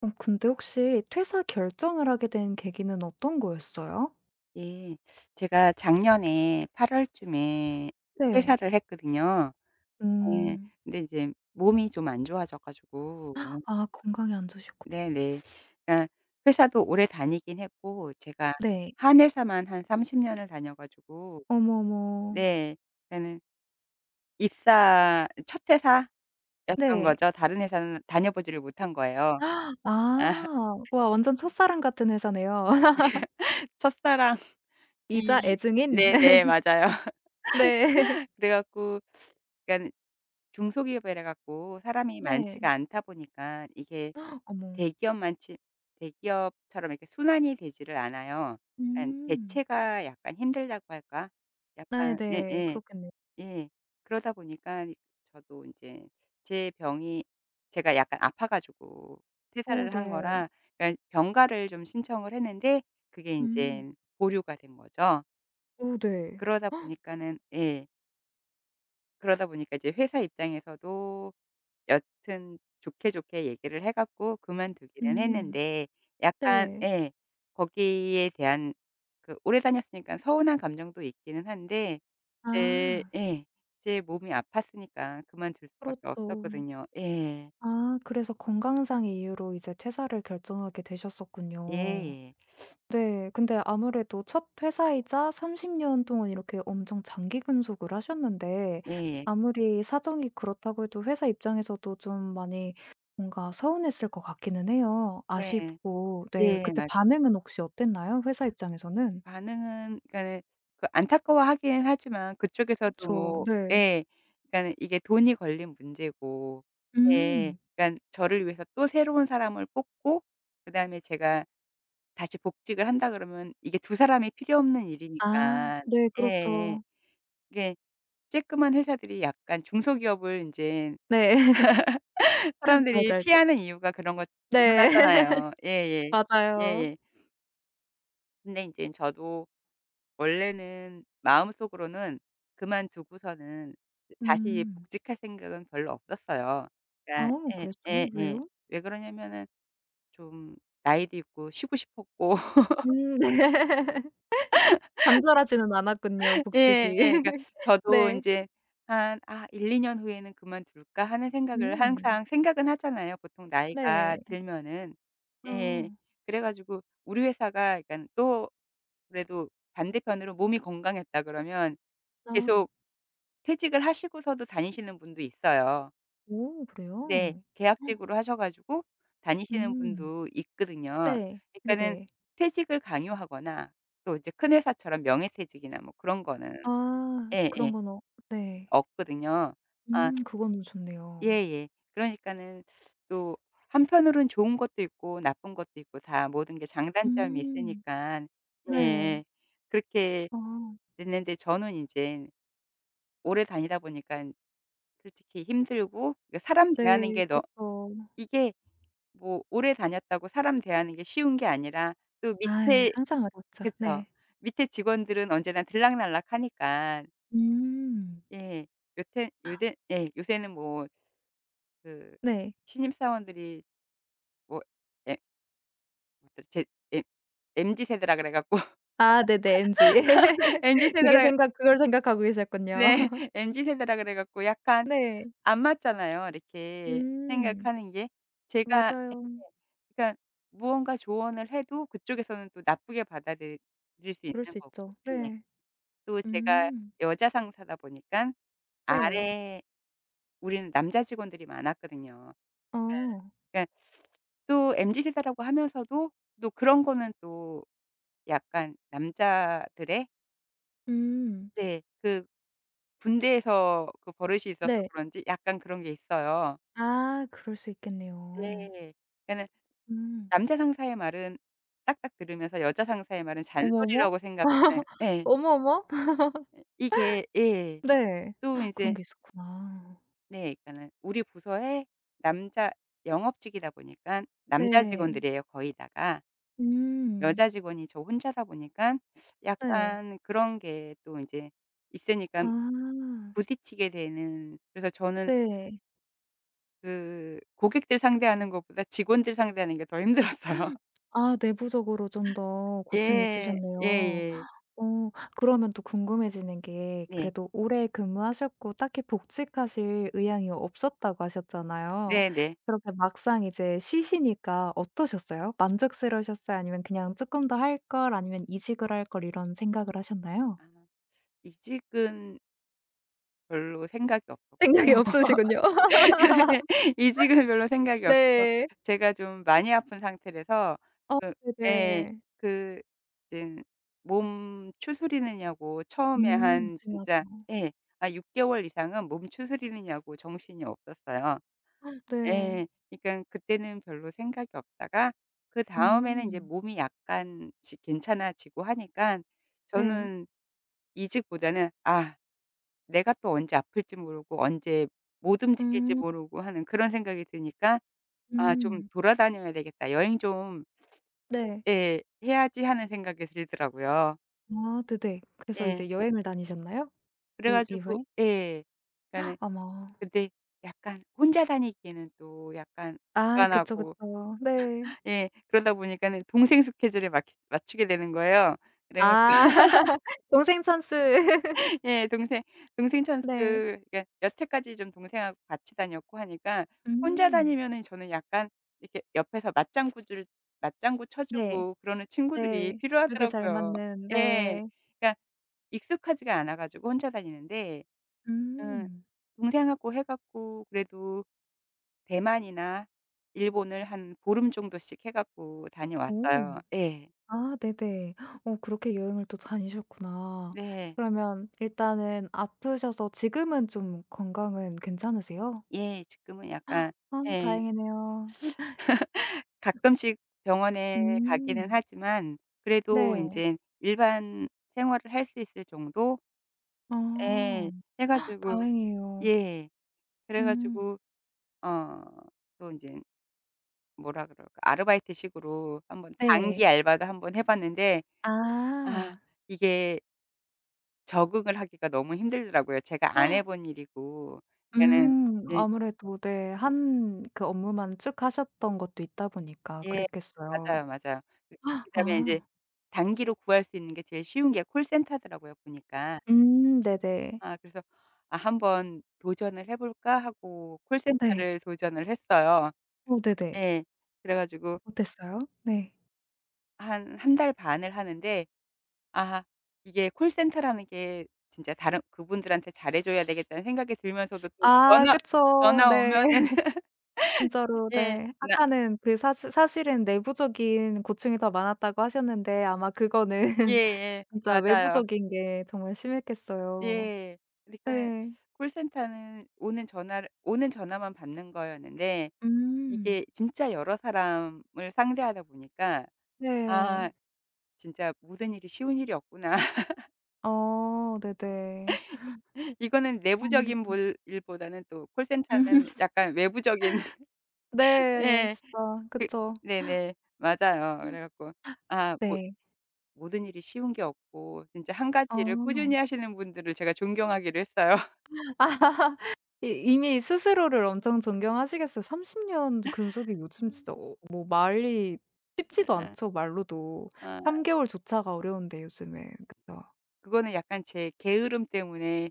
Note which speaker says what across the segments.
Speaker 1: 어 근데 혹시 퇴사 결정을 하게 된 계기는 어떤 거였어요?
Speaker 2: 예. 제가 작년에 8 월쯤에
Speaker 1: 네.
Speaker 2: 퇴사를 했거든요. 예.
Speaker 1: 음.
Speaker 2: 근데 이제 몸이 좀 안 좋아져 가지고
Speaker 1: 아 건강이 안 좋으셨고
Speaker 2: 네네. 그러니까 회사도 오래 다니긴 했고 제가
Speaker 1: 네.
Speaker 2: 한 회사만 한 30 년을 다녀 가지고
Speaker 1: 어머, 어머.
Speaker 2: 네. 그러니까는 입사 첫 회사였던
Speaker 1: 네.
Speaker 2: 거죠. 다른 회사는 다녀보지를 못한 거예요.
Speaker 1: 아.
Speaker 2: 아.
Speaker 1: 와 완전 첫사랑 같은 회사네요.
Speaker 2: 첫사랑이
Speaker 1: 이자 애증인?
Speaker 2: 네네. 맞아요.
Speaker 1: 네.
Speaker 2: 그래 갖고 그러니깐 중소기업이라 갖고 사람이
Speaker 1: 네.
Speaker 2: 많지가 않다 보니까 이게
Speaker 1: 어머.
Speaker 2: 대기업만치 대기업처럼 이렇게 순환이 되지를 않아요. 약간
Speaker 1: 음.
Speaker 2: 대체가 약간 힘들다고 할까? 약간 예예.
Speaker 1: 네네.
Speaker 2: 예.
Speaker 1: 그렇겠네요.
Speaker 2: 예. 그러다 보니까 저도 인제 제 병이 제가 약간 아파 가지고
Speaker 1: 어
Speaker 2: 퇴사를 한
Speaker 1: 네.
Speaker 2: 거라 그러니까 병가를 좀 신청을 했는데 그게
Speaker 1: 음.
Speaker 2: 인젠 보류가 된 거죠.
Speaker 1: 어 네.
Speaker 2: 그러다
Speaker 1: 헉,
Speaker 2: 보니까는 예. 그러다 보니까 이제 회사 입장에서도 여튼 좋게 얘기를 해 갖고 그만두기는
Speaker 1: 음.
Speaker 2: 했는데 약간
Speaker 1: 네.
Speaker 2: 예. 거기에 대한 그 오래 다녔으니까 서운한 감정도 있기는 한데 제
Speaker 1: 아.
Speaker 2: 예. 제 몸이 아팠으니까 그만둘 수밖에
Speaker 1: 그렇죠.
Speaker 2: 없었거든요. 예.
Speaker 1: 아 그래서 건강상의 이유로 이제 퇴사를 결정하게
Speaker 2: 예
Speaker 1: 되셨었군요.
Speaker 2: 예.
Speaker 1: 네. 근데 아무래도 첫 회사이자 30년 동안 이렇게 엄청 장기 근속을 하셨는데
Speaker 2: 예예.
Speaker 1: 아무리 사정이 그렇다고 해도 회사 입장에서도 좀 많이 뭔가 서운했을 것 같기는 해요.
Speaker 2: 네.
Speaker 1: 아쉽고. 네.
Speaker 2: 예
Speaker 1: 그때
Speaker 2: 맞아요.
Speaker 1: 반응은 혹시 어땠나요? 회사 입장에서는?
Speaker 2: 반응은 그러니까는 그 안타까워하긴 하지만 그쪽에서도
Speaker 1: 그쵸.
Speaker 2: 뭐
Speaker 1: 네.
Speaker 2: 예. 그러니까는 이게 돈이 걸린 문제고 예.
Speaker 1: 음.
Speaker 2: 그러니깐 저를 위해서 또 새로운 사람을 뽑고 그다음에 제가 다시 복직을 한다 그러면 이게 두 사람이 필요 없는
Speaker 1: 아
Speaker 2: 일이니까
Speaker 1: 네
Speaker 2: 예예.
Speaker 1: 그렇죠.
Speaker 2: 이게 쬐끄만 회사들이 약간 중소기업을 인제
Speaker 1: 네.
Speaker 2: 사람들이
Speaker 1: 알죠, 알죠.
Speaker 2: 피하는 이유가 그런 것 중
Speaker 1: 네.
Speaker 2: 하나잖아요. 예예.
Speaker 1: 맞아요.
Speaker 2: 예예. 근데 인제 저도 원래는 마음속으로는 그만두고서는 다시
Speaker 1: 음.
Speaker 2: 복직할 생각은 별로 없었어요. 그러니까
Speaker 1: 아우
Speaker 2: 예
Speaker 1: 그랬어요?
Speaker 2: 예 예.
Speaker 1: 왜요?
Speaker 2: 왜 그러냐면은 좀 나이도 있고 쉬고 싶었고
Speaker 1: 네. 간절하지는 않았군요,
Speaker 2: 예
Speaker 1: 복직이.
Speaker 2: 예. 그러니까 저도 이
Speaker 1: 네.
Speaker 2: 제 한 '아 1~2년 후에는 그만둘까?' 하는 생각을
Speaker 1: 음.
Speaker 2: 항상 생각은 하잖아요, 보통 나이가
Speaker 1: 네.
Speaker 2: 들면은.
Speaker 1: 아.
Speaker 2: 예. 그래 가지고 우리 회사가 그러니까 또 그래도 반대편으로 몸이 건강했다 그러면
Speaker 1: 아.
Speaker 2: 계속 퇴직을 하시고서도 다니시는 분도 있어요.
Speaker 1: 오
Speaker 2: 근데
Speaker 1: 그래요?
Speaker 2: 계약직으로 하셔 가지고 다니시는
Speaker 1: 음.
Speaker 2: 분도 있거든요.
Speaker 1: 네.
Speaker 2: 그러니까는
Speaker 1: 네네.
Speaker 2: 퇴직을 강요하거나 또 이제 큰 회사처럼 명예퇴직이나 뭐 그런 거는
Speaker 1: 아 그런
Speaker 2: 예예
Speaker 1: 건 어 네.
Speaker 2: 없거든요. 아
Speaker 1: 그거는 좋네요.
Speaker 2: 예예. 그러니까는 또 한편으로는 좋은 것도 있고 나쁜 것도 있고 다 모든 게 장단점이
Speaker 1: 음.
Speaker 2: 있으니깐
Speaker 1: 네.
Speaker 2: 예예. 그렇게
Speaker 1: 아
Speaker 2: 됐는데 저는 인젠 오래 다니다 보니깐 솔직히 힘들고 그 사람
Speaker 1: 네.
Speaker 2: 대하는 게너
Speaker 1: 그쵸.
Speaker 2: 이게 뭐 오래 다녔다고 사람 대하는 게 쉬운 게 아니라 또
Speaker 1: 아이
Speaker 2: 밑에
Speaker 1: 항상 어렵죠.
Speaker 2: 그쵸.
Speaker 1: 네.
Speaker 2: 밑에 직원들은 언제나 들락날락하니까.
Speaker 1: 음.
Speaker 2: 예. 요태 요새 예 요새는 뭐 그
Speaker 1: 네.
Speaker 2: 신입 사원들이 뭐 예 뭐더라 제 예 MZ세대라 그래 갖고
Speaker 1: 아 네네. MG. 그게
Speaker 2: MZ세대라
Speaker 1: 생각 그걸 생각하고 계셨군요.
Speaker 2: 네 MZ세대라 그래 갖고 약간
Speaker 1: 네.
Speaker 2: 안 맞잖아요. 이렇게
Speaker 1: 음.
Speaker 2: 생각하는 게. 제가 예
Speaker 1: 맞아요.
Speaker 2: 그러니까 무언가 조언을 해도 그쪽에서는 또 나쁘게 받아들일 수
Speaker 1: 그럴
Speaker 2: 있는
Speaker 1: 수
Speaker 2: 거고
Speaker 1: 있죠.
Speaker 2: 예.
Speaker 1: 네.
Speaker 2: 또 제가
Speaker 1: 음.
Speaker 2: 여자 상사다 보니깐
Speaker 1: 네.
Speaker 2: 아래 우리는 남자 직원들이 많았거든요.
Speaker 1: 어.
Speaker 2: 그러니까 또 MZ 세대라고 하면서도 또 그런 거는 또 약간 남자들의
Speaker 1: 음.
Speaker 2: 네 그 군대에서 그 버릇이 있어서
Speaker 1: 네.
Speaker 2: 그런지 약간 그런 게 있어요.
Speaker 1: 아 그럴 수 있겠네요.
Speaker 2: 네. 그러니까는
Speaker 1: 음.
Speaker 2: 남자 상사의 말은 딱딱 들으면서 여자 상사의 말은
Speaker 1: 어머, 어머.
Speaker 2: 잔소리라고 생각하는 예.
Speaker 1: 어머, 어머.
Speaker 2: 이게 예.
Speaker 1: 네.
Speaker 2: 또
Speaker 1: 그런
Speaker 2: 인제
Speaker 1: 게 있었구나.
Speaker 2: 네 그러니까는 우리 부서에 남자 영업직이다 보니깐 남자
Speaker 1: 네.
Speaker 2: 직원들이에요 거의 다가.
Speaker 1: 음.
Speaker 2: 여자 직원이 저 혼자다 보니깐
Speaker 1: 네.
Speaker 2: 약간 그런 게 또 인제 있으니깐
Speaker 1: 아.
Speaker 2: 부딪히게 되는 그래서 저는
Speaker 1: 네.
Speaker 2: 그 고객들 상대하는 것보다 직원들 상대하는 게 더 힘들었어요.
Speaker 1: 아 내부적으로 좀 더 고충이
Speaker 2: 예.
Speaker 1: 있으셨네요.
Speaker 2: 예예.
Speaker 1: 어 그러면 또 궁금해지는 게
Speaker 2: 네.
Speaker 1: 그래도 오래 근무하셨고 딱히 복직하실 의향이 없었다고 하셨잖아요.
Speaker 2: 네네.
Speaker 1: 그렇게 막상 이제 쉬시니까 어떠셨어요? 만족스러우셨어요? 아니면 그냥 조금 더 할 걸.' 아니면 '이직을 할 걸.' 이런 생각을 하셨나요?
Speaker 2: 아. 이직은 별로 생각이 없었고
Speaker 1: 생각이 없으시군요.
Speaker 2: 이직은 별로 생각이 없어서
Speaker 1: 네.
Speaker 2: 제가 좀 많이 아픈 상태라서
Speaker 1: 어
Speaker 2: 그 예.
Speaker 1: 네네.
Speaker 2: 그 이제 몸 추스리느냐고 처음에 한 진짜
Speaker 1: 중요하죠.
Speaker 2: 예. 아6 개월 이상은 몸 추스리느냐고 정신이 없었어요.
Speaker 1: 네.
Speaker 2: 예. 그러니까 그때는 별로 생각이 없다가 그다음에는 이제
Speaker 1: 음.
Speaker 2: 몸이 약간씩 괜찮아지고 하니까
Speaker 1: 네.
Speaker 2: 저는 이직보다는 '아 내가 또 언제 아플지 모르고 언제 못 움직일지
Speaker 1: 음
Speaker 2: 모르고 하는 그런 생각이 드니까 '아 좀
Speaker 1: 음.
Speaker 2: 돌아다녀야 되겠다. 여행 좀
Speaker 1: 네.
Speaker 2: 예 해야지.' 하는 생각이 들더라고요.
Speaker 1: 아 네네. 그래서
Speaker 2: 예.
Speaker 1: 이제 여행을 다니셨나요?
Speaker 2: 그래
Speaker 1: 그 이후에?
Speaker 2: 가지고 예. 그러니까는
Speaker 1: 아마.
Speaker 2: 근데 약간 혼자 다니기에는 또 약간
Speaker 1: 아 그쵸,
Speaker 2: 불안하고
Speaker 1: 그쵸. 네.
Speaker 2: 예 그러다 보니까는 동생 스케줄에 맞추게 되는 거예요. 그래
Speaker 1: 아. 동생 찬스.
Speaker 2: 예. 동생 찬스
Speaker 1: 네.
Speaker 2: 그러니까 여태까지 좀 동생하고 같이 다녔고 하니까 혼자
Speaker 1: 음.
Speaker 2: 다니면은 저는 약간 이렇게 옆에서 맞장구 쳐
Speaker 1: 네.
Speaker 2: 주고 그러는 친구들이
Speaker 1: 네. 죽이 잘
Speaker 2: 필요하더라고요.
Speaker 1: 맞는
Speaker 2: 예.
Speaker 1: 네.
Speaker 2: 그러니까 익숙하지가 않아 가지고 혼자 다니는데 음
Speaker 1: 음.
Speaker 2: 동생하고 해 갖고 그래도 대만이나 일본을 한 보름 정도씩 해 갖고
Speaker 1: 오.
Speaker 2: 다녀왔어요. 예.
Speaker 1: 아 네네. 어 그렇게 여행을 또 다니셨구나.
Speaker 2: 네.
Speaker 1: 그러면 일단은 아프셔서 지금은 좀 건강은 괜찮으세요?
Speaker 2: 예. 지금은 약간
Speaker 1: 아
Speaker 2: 예.
Speaker 1: 다행이네요.
Speaker 2: 가끔씩 병원에 가기는
Speaker 1: 음.
Speaker 2: 하지만 그래도
Speaker 1: 네.
Speaker 2: 인제 일반 생활을 할 수 있을 정도
Speaker 1: 아
Speaker 2: 예. 해 가지고
Speaker 1: 다행이에요.
Speaker 2: 예. 그래
Speaker 1: 음.
Speaker 2: 가지고 어 또 인제 뭐라 그럴까 아르바이트식으로 한번 단기
Speaker 1: 네.
Speaker 2: 알바도 한번 해 봤는데
Speaker 1: 아.
Speaker 2: 아 이게 적응을 하기가 너무 힘들더라고요. 제가 안 해본 일이고. 그러니까는
Speaker 1: 음.
Speaker 2: 네
Speaker 1: 아무래도 네.
Speaker 2: 예
Speaker 1: 한 그 업무만 쭉 하셨던 것도 있다 보니까
Speaker 2: 예.
Speaker 1: 그랬겠어요.
Speaker 2: 맞아요, 맞아요. 그
Speaker 1: 헉,
Speaker 2: 그다음에 인제
Speaker 1: 아.
Speaker 2: 단기로 구할 수 있는 게 제일 쉬운 게 콜센터더라고요 보니까.
Speaker 1: 네네.
Speaker 2: 아 그래서 '아 한번 도전을 해 볼까?' 하고
Speaker 1: 네.
Speaker 2: 콜센터를 도전을 했어요.
Speaker 1: 어 네네.
Speaker 2: 예. 그래 가지고
Speaker 1: 어땠어요? 네.
Speaker 2: 한 달 반을 하는데 아 이게 콜센터라는 게 진짜 다른 그분들한테 잘해 줘야 되겠다는 생각이 들면서도 또
Speaker 1: 아
Speaker 2: 전화
Speaker 1: 그쵸. 네.
Speaker 2: 오면은
Speaker 1: 진짜로
Speaker 2: 예.
Speaker 1: 네.
Speaker 2: 나
Speaker 1: 아까는 그 사실 사실은 내부적인 고충이 더 많았다고 하셨는데 아마 그거는
Speaker 2: 예예.
Speaker 1: 진짜
Speaker 2: 맞아요.
Speaker 1: 외부적인 게 정말 심했겠어요.
Speaker 2: 예. 그러니까는
Speaker 1: 네.
Speaker 2: 콜센터는 오는 전화만 받는 거였는데
Speaker 1: 음.
Speaker 2: 이게 진짜 여러 사람을 상대하다 보니까 아
Speaker 1: 네.
Speaker 2: 진짜 모든 일이 쉬운 일이 없구나.
Speaker 1: 어 네네.
Speaker 2: 이거는 내부적인
Speaker 1: 아무래도
Speaker 2: 볼 일보다는 또
Speaker 1: 음.
Speaker 2: 콜센터는 약간 외부적인
Speaker 1: 네.
Speaker 2: 예.
Speaker 1: 진짜
Speaker 2: 그
Speaker 1: 그쵸.
Speaker 2: 네네. 맞아요. 그래 갖고 아 모
Speaker 1: 네.
Speaker 2: 모든 일이 쉬운 게 없고 진짜 한 가지 일을 꾸준히
Speaker 1: 어.
Speaker 2: 하시는 분들을 제가 존경하기로 했어요.
Speaker 1: 이 이미 스스로를 엄청 존경하시겠어요. 30년 근속이 요즘 진짜 어 뭐 말이 쉽지도 않죠
Speaker 2: 아
Speaker 1: 말로도.
Speaker 2: 아
Speaker 1: 3 개월조차가 어려운데 요즘에. 그쵸.
Speaker 2: 그거는 약간 제 게으름 때문에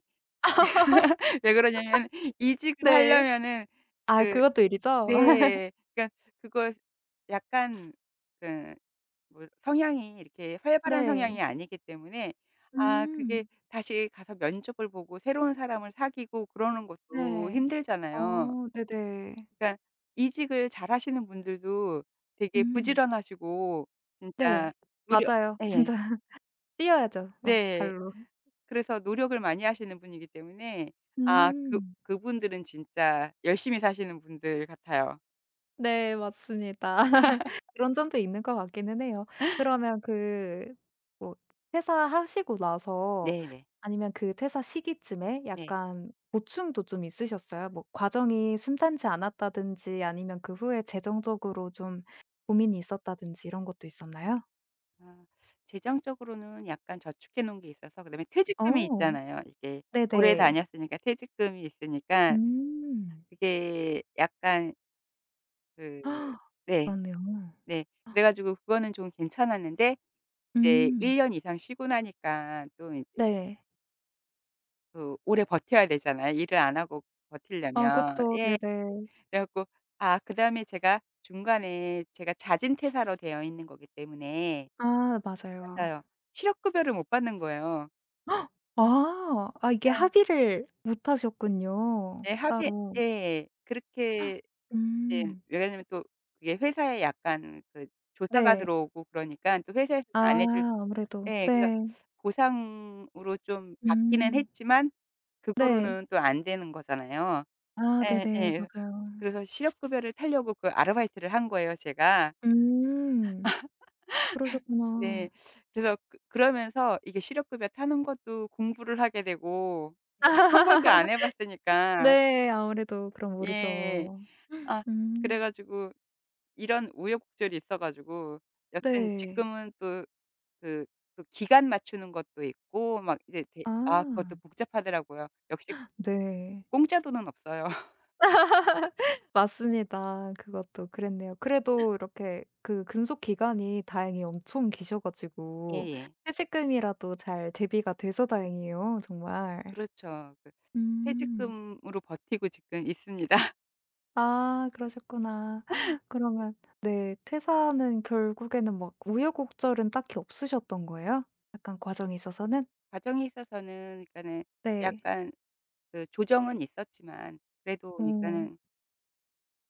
Speaker 2: 왜 그러냐면 이직을
Speaker 1: 네.
Speaker 2: 하려면은
Speaker 1: 아
Speaker 2: 그
Speaker 1: 그것도 일이죠?
Speaker 2: 네. 그러니까 그걸 약간 그 뭐 성향이 이렇게 활발한
Speaker 1: 네.
Speaker 2: 성향이 아니기 때문에 아 그게
Speaker 1: 음.
Speaker 2: 다시 가서 면접을 보고 새로운 사람을 사귀고 그러는 것도
Speaker 1: 네.
Speaker 2: 힘들잖아요.
Speaker 1: 어 네네.
Speaker 2: 그러니까 이직을 잘하시는 분들도 되게
Speaker 1: 음.
Speaker 2: 부지런하시고
Speaker 1: 네.
Speaker 2: 진짜 노력
Speaker 1: 맞아요.
Speaker 2: 예.
Speaker 1: 진짜 뛰어야죠 막
Speaker 2: 네.
Speaker 1: 발로.
Speaker 2: 그래서 노력을 많이 하시는 분이기 때문에 아
Speaker 1: 음.
Speaker 2: 그분들은 진짜 열심히 사시는 분들 같아요.
Speaker 1: 네 맞습니다. 그런 점도 있는 것 같기는 해요. 그러면 그 뭐 퇴사하시고 나서
Speaker 2: 네네.
Speaker 1: 아니면 그 퇴사 시기쯤에
Speaker 2: 네.
Speaker 1: 약간 보충도 좀 있으셨어요? 뭐 과정이 순탄치 않았다든지 아니면 그 후에 재정적으로 좀 고민이 있었다든지 이런 것도 있었나요?
Speaker 2: 아. 재정적으로는 약간 저축해 놓은 게 있어서 그다음에 퇴직금이
Speaker 1: 어
Speaker 2: 있잖아요. 이게 오래
Speaker 1: 네네.
Speaker 2: 다녔으니까 퇴직금이 있으니까
Speaker 1: 음.
Speaker 2: 그게 약간 그
Speaker 1: 아,
Speaker 2: 네.
Speaker 1: 그렇네요.
Speaker 2: 네. 그래 가지고 그거는 좀 괜찮았는데 이제
Speaker 1: 음.
Speaker 2: 1 년 이상 쉬고 나니까 또 이제
Speaker 1: 네.
Speaker 2: 그 오래 버텨야 되잖아요, 일을 안 하고
Speaker 1: 아
Speaker 2: 버티려면.
Speaker 1: 그쵸.
Speaker 2: 예.
Speaker 1: 네네.
Speaker 2: 그래 갖고 아 그다음에 제가 중간에 제가 자진 퇴사로 되어 있는 거기 때문에
Speaker 1: 아 맞아요.
Speaker 2: 맞아요. 실업급여를 못 받는 거예요.
Speaker 1: 아. 아 이게 합의를 못 하셨군요,
Speaker 2: 네. 합의
Speaker 1: 따로.
Speaker 2: 예. 그렇게 이
Speaker 1: 음.
Speaker 2: 왜냐면 또 그게 회사에 약간 그 조사가
Speaker 1: 네.
Speaker 2: 들어오고 그러니까 또
Speaker 1: 아
Speaker 2: 회사에서는 안해줄
Speaker 1: 아무래도.
Speaker 2: 예. 그러니까
Speaker 1: 네.
Speaker 2: 보상으로 좀 받기는
Speaker 1: 음.
Speaker 2: 했지만
Speaker 1: 네.
Speaker 2: 그거로는 또 안 되는 거잖아요.
Speaker 1: 아
Speaker 2: 예
Speaker 1: 네네.
Speaker 2: 예.
Speaker 1: 맞아요.
Speaker 2: 그래서 실업급여를 타려고 그 아르바이트를 한 거예요 제가.
Speaker 1: 음.
Speaker 2: 네.
Speaker 1: 그러셨구나.
Speaker 2: 그래서 그 그러면서 이게 실업급여 타는 것도 공부를 하게 되고 예. 한 번도 안 해 봤으니까.
Speaker 1: 네. 아무래도 그럼
Speaker 2: 예.
Speaker 1: 모르죠.
Speaker 2: 아 그래
Speaker 1: 음.
Speaker 2: 가지고 이런 우여곡절이 있어 가지고 여튼
Speaker 1: 네.
Speaker 2: 지금은 또 그 그 기간 맞추는 것도 있고 막 이제 대,
Speaker 1: 아.
Speaker 2: 아 그것도 복잡하더라고요. 역시
Speaker 1: 네.
Speaker 2: 공짜 돈은 없어요.
Speaker 1: 맞습니다. 그것도 그랬네요. 그래도 이렇게 그 근속 기간이 다행히 엄청 기셔 가지고
Speaker 2: 예예.
Speaker 1: 퇴직금이라도 잘 대비가 돼서 다행이에요 정말.
Speaker 2: 그렇죠. 그
Speaker 1: 음.
Speaker 2: 퇴직금으로 버티고 지금 있습니다.
Speaker 1: 아 그러셨구나. 그러면 네 퇴사는 결국에는 막 우여곡절은 딱히 없으셨던 거예요? 약간 과정에 있어서는?
Speaker 2: 가정에 있어서는 그러니까는
Speaker 1: 네.
Speaker 2: 약간 그 조정은 있었지만 그래도
Speaker 1: 오.
Speaker 2: 그러니까는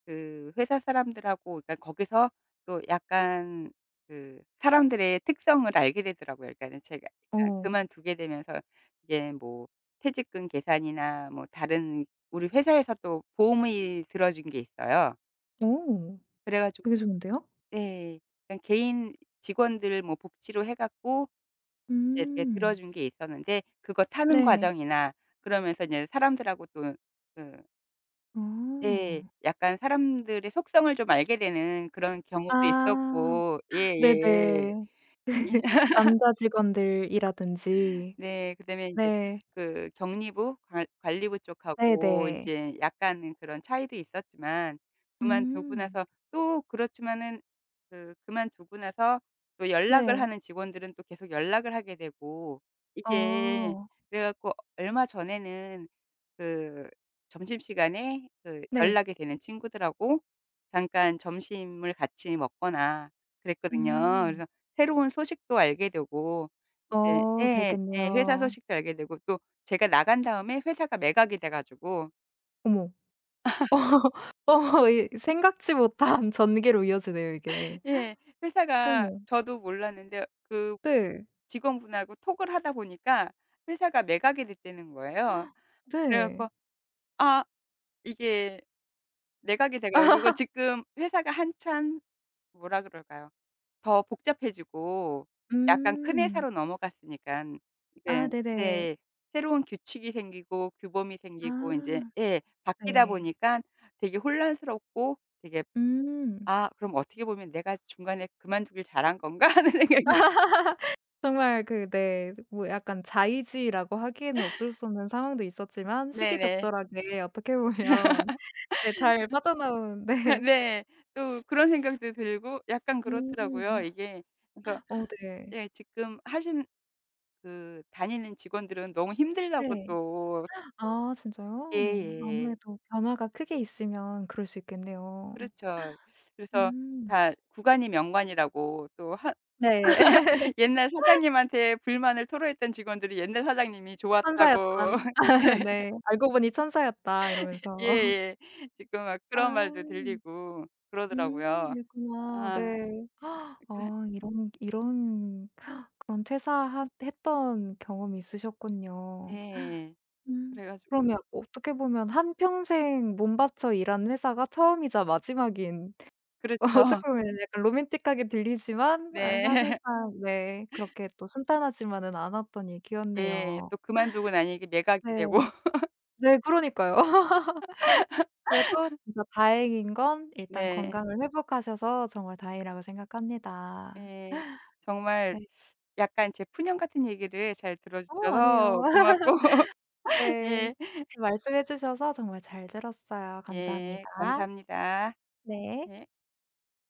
Speaker 2: 그 회사 사람들하고 그러니까 거기서 또 약간 그 사람들의 특성을 알게 되더라고요. 그러니까는 제가 그러니까
Speaker 1: 오.
Speaker 2: 그만두게 되면서 이게 뭐 퇴직금 계산이나 뭐 다른 우리 회사에서 또 보험이 들어준 게 있어요.
Speaker 1: 오.
Speaker 2: 그래 가지고
Speaker 1: 되게 좋은데요?
Speaker 2: 네. 그냥 개인 직원들 뭐 복지로 해 갖고 이제 이렇게
Speaker 1: 음.
Speaker 2: 들어준 게 있었는데 그거 타는
Speaker 1: 네.
Speaker 2: 과정이나 그러면서 이제 사람들하고 또그 예.
Speaker 1: 오.
Speaker 2: 약간 사람들의 속성을 좀 알게 되는 그런 경우도
Speaker 1: 아.
Speaker 2: 있었고 예예.
Speaker 1: 네네. 남자 직원들이라든지.
Speaker 2: 네. 그다음에 인제
Speaker 1: 네.
Speaker 2: 그 격리부 관 관리부 쪽하고
Speaker 1: 네네.
Speaker 2: 인제 약간은 그런 차이도 있었지만 그만두고
Speaker 1: 음.
Speaker 2: 나서 또 그렇지만은 그만두고 나서 또 연락을
Speaker 1: 네.
Speaker 2: 하는 직원들은 또 계속 연락을 하게 되고 이게
Speaker 1: 어.
Speaker 2: 그래 갖고 얼마 전에는 그 점심시간에 그
Speaker 1: 네.
Speaker 2: 연락이 되는 친구들하고 잠깐 점심을 같이 먹거나 그랬거든요.
Speaker 1: 음.
Speaker 2: 그래서 새로운 소식도 알게 되고 네.
Speaker 1: 어
Speaker 2: 예. 예. 회사
Speaker 1: 그랬겠네요.
Speaker 2: 소식도 알게 되고 또 제가 나간 다음에 회사가 매각이 돼 가지고
Speaker 1: 어머. 어 이 생각지 못한 전개로 이어지네요 이게.
Speaker 2: 예 회사가
Speaker 1: 어머.
Speaker 2: 저도 몰랐는데 그
Speaker 1: 네.
Speaker 2: 직원분하고 톡을 하다 보니까 회사가 매각이 됐다는 거예요. 그래
Speaker 1: 네.
Speaker 2: 갖고 아 이게 매각이 돼 가지고 지금 회사가 한참 뭐라 그럴까요? 더 복잡해지고 약간 큰
Speaker 1: 음.
Speaker 2: 회사로 넘어갔으니까 이
Speaker 1: 아
Speaker 2: 제
Speaker 1: 네네.
Speaker 2: 네. 새로운 규칙이 생기고 규범이 생기고 인제
Speaker 1: 아.
Speaker 2: 예. 바뀌다
Speaker 1: 네.
Speaker 2: 보니까 되게 혼란스럽고 되게
Speaker 1: 음.
Speaker 2: '아 그럼 어떻게 보면 내가 중간에 그만두길 잘한 건가?' 하는 생각이
Speaker 1: 정말 그 네 뭐 약간 자의지라고 하기에는 어쩔 수 없는 상황도 있었지만
Speaker 2: 네네.
Speaker 1: 시기적절하게 어떻게 보면 네. 잘 빠져나온 네.
Speaker 2: 네. 또 그런 생각도 들고 약간 그렇더라고요
Speaker 1: 음.
Speaker 2: 이게. 그래서
Speaker 1: 어 네.
Speaker 2: 예 지금 하신 그 다니는 직원들은 너무 힘들다고
Speaker 1: 네.
Speaker 2: 또
Speaker 1: 아 진짜요?
Speaker 2: 예예.
Speaker 1: 아무래도 변화가 크게 있으면 그럴 수 있겠네요.
Speaker 2: 그렇죠. 그래서
Speaker 1: 음.
Speaker 2: 다 구간이 명관이라고 또 하
Speaker 1: 네.
Speaker 2: 옛날 사장님한테 불만을 토로했던 직원들이 옛날 사장님이 좋았다고
Speaker 1: '천사였다.' 네. '알고 보니 천사였다.' 이러면서.
Speaker 2: 예예. 지금 막
Speaker 1: 아.
Speaker 2: 그런 말도 들리고
Speaker 1: 음.
Speaker 2: 그러더라고요.
Speaker 1: 그랬구나.
Speaker 2: 아
Speaker 1: 네.
Speaker 2: 그래
Speaker 1: 아 이런 이런 그런 퇴사하 했던 경험이 있으셨군요.
Speaker 2: 예.
Speaker 1: 음.
Speaker 2: 그래 가지고
Speaker 1: 그러면 어떻게 보면 한평생 몸 바쳐 일한 회사가 처음이자 마지막인 어떻게
Speaker 2: 그렇죠.
Speaker 1: 보면 약간 로맨틱하게 들리지만 아
Speaker 2: 네.
Speaker 1: 사실상 네 그렇게 또 순탄하지만은 않았던
Speaker 2: 예.
Speaker 1: 얘기였네요.
Speaker 2: 또 그만두고 나니 이게
Speaker 1: 네.
Speaker 2: 매각이 되고
Speaker 1: 네 그러니까요. 그래도 진짜 다행인 건 일단
Speaker 2: 네.
Speaker 1: 건강을 회복하셔서 정말 다행이라고 생각합니다.
Speaker 2: 예. 정말
Speaker 1: 네.
Speaker 2: 약간 제 푸념 같은 얘기를 잘 들어
Speaker 1: 어 아니에요.
Speaker 2: 주셔서 고맙고
Speaker 1: 네.
Speaker 2: 예.
Speaker 1: 렇게 말씀해 주셔서 정말 잘 들었어요.
Speaker 2: 예.
Speaker 1: 감사합니다.
Speaker 2: 감사합니다.
Speaker 1: 네.
Speaker 2: 예.